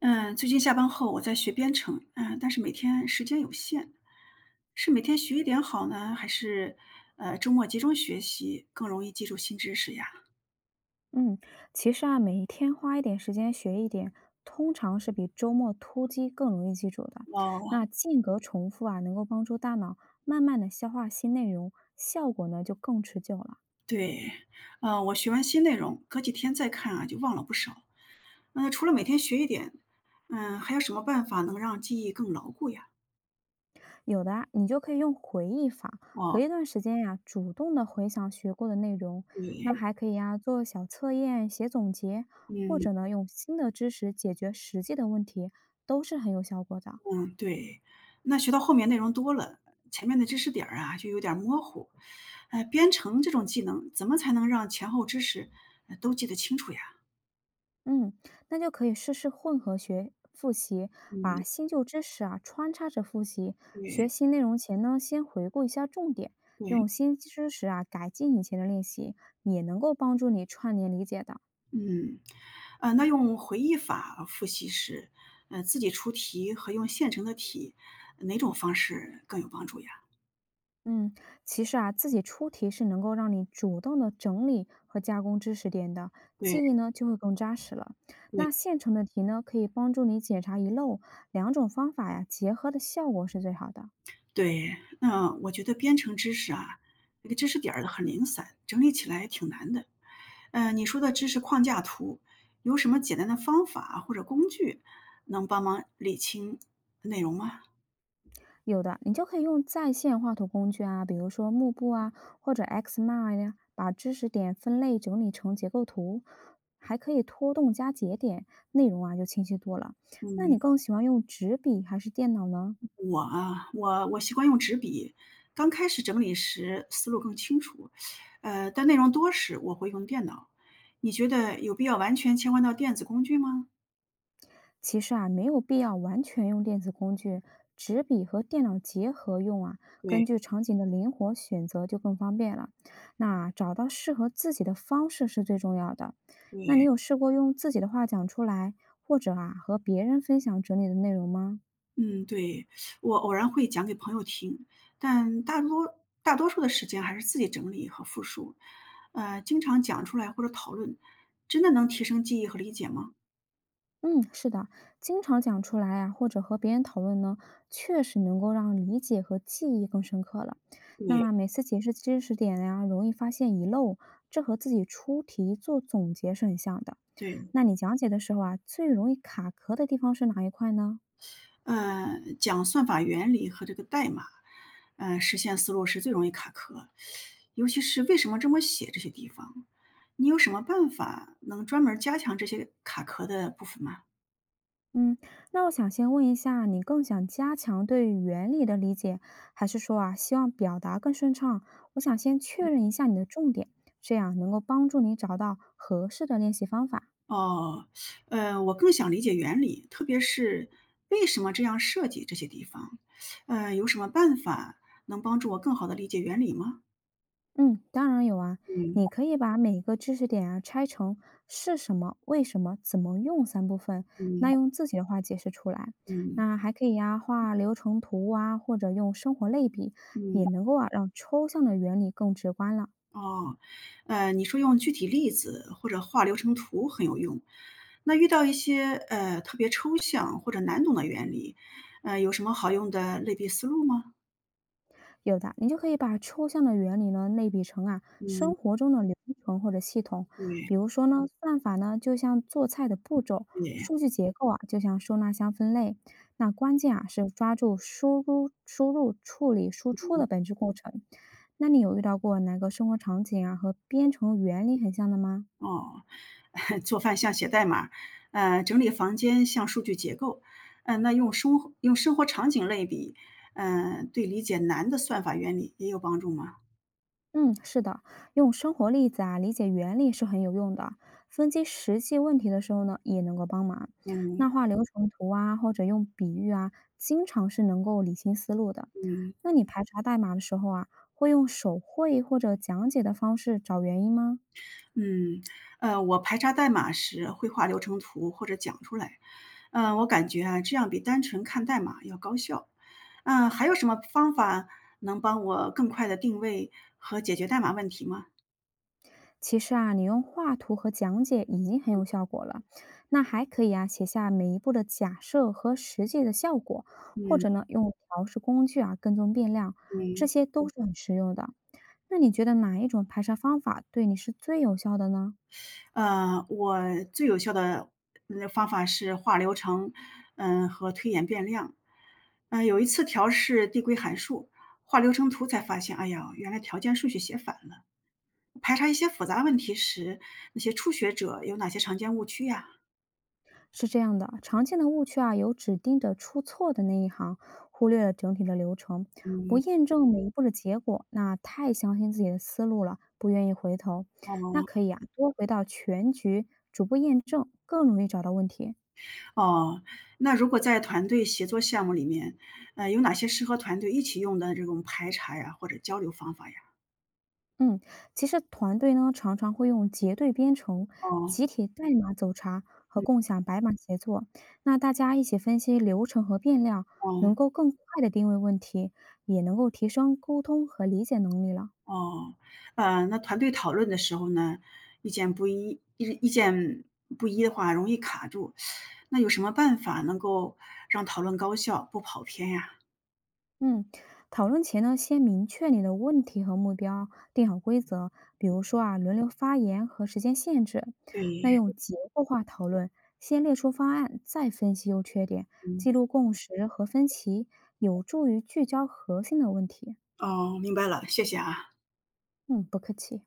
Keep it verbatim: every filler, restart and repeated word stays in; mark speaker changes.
Speaker 1: 嗯，最近下班后我在学编程，嗯，但是每天时间有限，是每天学一点好呢，还是呃周末集中学习更容易记住新知识呀？
Speaker 2: 嗯，其实啊，每一天花一点时间学一点，通常是比周末突击更容易记住的。
Speaker 1: 哦，
Speaker 2: 那间隔重复啊，能够帮助大脑慢慢的消化新内容，效果呢就更持久了。
Speaker 1: 对，呃，我学完新内容，隔几天再看啊，就忘了不少。那除了每天学一点，嗯，还有什么办法能让记忆更牢固呀？
Speaker 2: 有的啊，你就可以用回忆法，隔
Speaker 1: 哦，
Speaker 2: 一段时间呀、主动的回想学过的内容。那
Speaker 1: 对，
Speaker 2: 还可以呀，做小测验、写总结，或
Speaker 1: 嗯。
Speaker 2: 者呢，用新的知识解决实际的问题，都是很有效果的。
Speaker 1: 嗯，对，那学到后面内容多了，前面的知识点儿啊就有点儿模糊。呃，编程这种技能，怎么才能让前后知识呃都记得清楚呀？
Speaker 2: 嗯，那就可以试试混合学复习，
Speaker 1: 嗯，
Speaker 2: 把新旧知识啊穿插着复习。学
Speaker 1: 对
Speaker 2: 习内容前呢，先回顾一下重点，
Speaker 1: 对，
Speaker 2: 用新知识啊改进以前的练习，也能够帮助你串联理解的。
Speaker 1: 嗯，呃，那用回忆法复习时，呃，自己出题和用现成的题，哪种方式更有帮助呀？
Speaker 2: 嗯，其实啊，自己出题是能够让你主动的整理和加工知识点的，记忆
Speaker 1: 对
Speaker 2: 呢就会更扎实了。那
Speaker 1: 对
Speaker 2: 现成的题呢，可以帮助你检查遗漏，两种方法呀结合的效果是最好的。
Speaker 1: 对，那我觉得编程知识啊，那个知识点儿很零散，整理起来挺难的。嗯，你说的知识框架图，有什么简单的方法或者工具能帮忙理清内容吗？
Speaker 2: 有的，你就可以用在线画图工具啊，比如说幕布啊，或者 Xmind 呀、把知识点分类整理成结构图，还可以拖动加节点，内容啊就清晰多了。那
Speaker 1: 嗯，
Speaker 2: 你更喜欢用纸笔还是电脑呢？
Speaker 1: 我啊，我我习惯用纸笔，刚开始整理时思路更清楚，呃，但内容多时我会用电脑。你觉得有必要完全切换到电子工具吗？
Speaker 2: 其实啊，没有必要完全用电子工具，纸笔和电脑结合用啊，根据
Speaker 1: 对
Speaker 2: 场景的灵活选择就更方便了。那找到适合自己的方式是最重要的。那你
Speaker 1: 对。
Speaker 2: 有试过用自己的话讲出来，或者啊和别人分享整理的内容吗？
Speaker 1: 嗯，对，我偶然会讲给朋友听，但大多大多数的时间还是自己整理和复述。呃，经常讲出来或者讨论，真的能提升记忆和理解吗？
Speaker 2: 嗯，是的，经常讲出来啊，或者和别人讨论呢，确实能够让理解和记忆更深刻了。
Speaker 1: 对
Speaker 2: 那每次解释知识点呀，容易发现遗漏，这和自己出题做总结是很像的。
Speaker 1: 对，
Speaker 2: 那你讲解的时候啊，最容易卡壳的地方是哪一块呢？
Speaker 1: 呃，讲算法原理和这个代码，呃，实现思路是最容易卡壳，尤其是为什么这么写这些地方，你有什么办法能专门儿加强这些卡壳的部分吗？
Speaker 2: 嗯，那我想先问一下，你更想加强对原理的理解，还是说啊，希望表达更顺畅？我想先确认一下你的重点，这样能够帮助你找到合适的练习方法。
Speaker 1: 哦，呃，我更想理解原理，特别是为什么这样设计这些地方，呃，有什么办法能帮助我更好的理解原理吗？
Speaker 2: 嗯，当然有啊，
Speaker 1: 嗯
Speaker 2: 你可以把每个知识点啊拆成是什么、为什么、怎么用三部分，那
Speaker 1: 嗯
Speaker 2: 用自己的话解释出来。
Speaker 1: 嗯
Speaker 2: 那还可以呀、画流程图啊，或者用生活类比，也
Speaker 1: 嗯，
Speaker 2: 能够啊让抽象的原理更直观了。
Speaker 1: 哦，呃，你说用具体例子或者画流程图很有用，那遇到一些呃特别抽象或者难懂的原理，呃，有什么好用的类比思路吗？
Speaker 2: 有的，你就可以把抽象的原理呢类比成啊生
Speaker 1: 嗯，
Speaker 2: 活中的流程或者系统，
Speaker 1: 对
Speaker 2: 比如说呢，算法呢就像做菜的步骤，
Speaker 1: 对。
Speaker 2: 数据结构啊就像收纳箱分类，那关键啊是抓住输入、输入、处理、输出的本质过程。那你有遇到过哪个生活场景啊和编程原理很像的吗？
Speaker 1: 哦，做饭像写代码，呃，整理房间像数据结构，嗯、那用生活用生活场景类比，嗯、对理解难的算法原理也有帮助吗？
Speaker 2: 嗯，是的，用生活例子啊理解原理是很有用的，分析实际问题的时候呢，也能够帮忙。
Speaker 1: 嗯
Speaker 2: 那画流程图啊，或者用比喻啊，经常是能够理清思路的。
Speaker 1: 嗯
Speaker 2: 那你排查代码的时候啊，会用手绘或者讲解的方式找原因吗？
Speaker 1: 嗯，呃，我排查代码时会画流程图或者讲出来，嗯、我感觉啊，这样比单纯看代码要高效。嗯、还有什么方法能帮我更快的定位和解决代码问题吗？
Speaker 2: 其实啊，你用画图和讲解已经很有效果了。那还可以啊，写下每一步的假设和实际的效果，或者
Speaker 1: 嗯
Speaker 2: 呢，用调试工具啊跟踪变量，这
Speaker 1: 嗯。
Speaker 2: 些都是很实用的。那你觉得哪一种排查方法对你是最有效的呢？
Speaker 1: 呃，我最有效的呃方法是画流程，嗯和推演变量。嗯、有一次调试递归函数，画流程图才发现，哎呀，原来条件顺序写反了。排查一些复杂问题时，那些初学者有哪些常见误区呀？
Speaker 2: 是这样的，常见的误区啊，有只盯着出错的那一行，忽略了整体的流程，不验证每一步的结果，那太相信自己的思路了，不愿意回头。那
Speaker 1: 哦
Speaker 2: 可以啊，多回到全局，逐步验证，更容易找到问题。
Speaker 1: 哦，那如果在团队协作项目里面，呃，有哪些适合团队一起用的这种排查呀，或者交流方法呀？
Speaker 2: 嗯，其实团队呢常常会用结对编程、
Speaker 1: 哦，
Speaker 2: 集体代码走查和
Speaker 1: 嗯
Speaker 2: 共享白板协作，那大家一起分析流程和变量，能
Speaker 1: 哦。
Speaker 2: 够更快的定位问题，也能够提升沟通和理解能力了。
Speaker 1: 哦，呃，那团队讨论的时候呢，意见不一，意意见不一的话容易卡住，那有什么办法能够让讨论高效，不跑偏呀？
Speaker 2: 嗯，讨论前呢，先明确你的问题和目标，定好规则，比如说啊，轮流发言和时间限制。那用
Speaker 1: 对，
Speaker 2: 结构化讨论，先列出方案，再分析优缺点，
Speaker 1: 嗯，
Speaker 2: 记录共识和分歧，有助于聚焦核心的问题。
Speaker 1: 哦，明白了，谢谢啊。
Speaker 2: 嗯，不客气。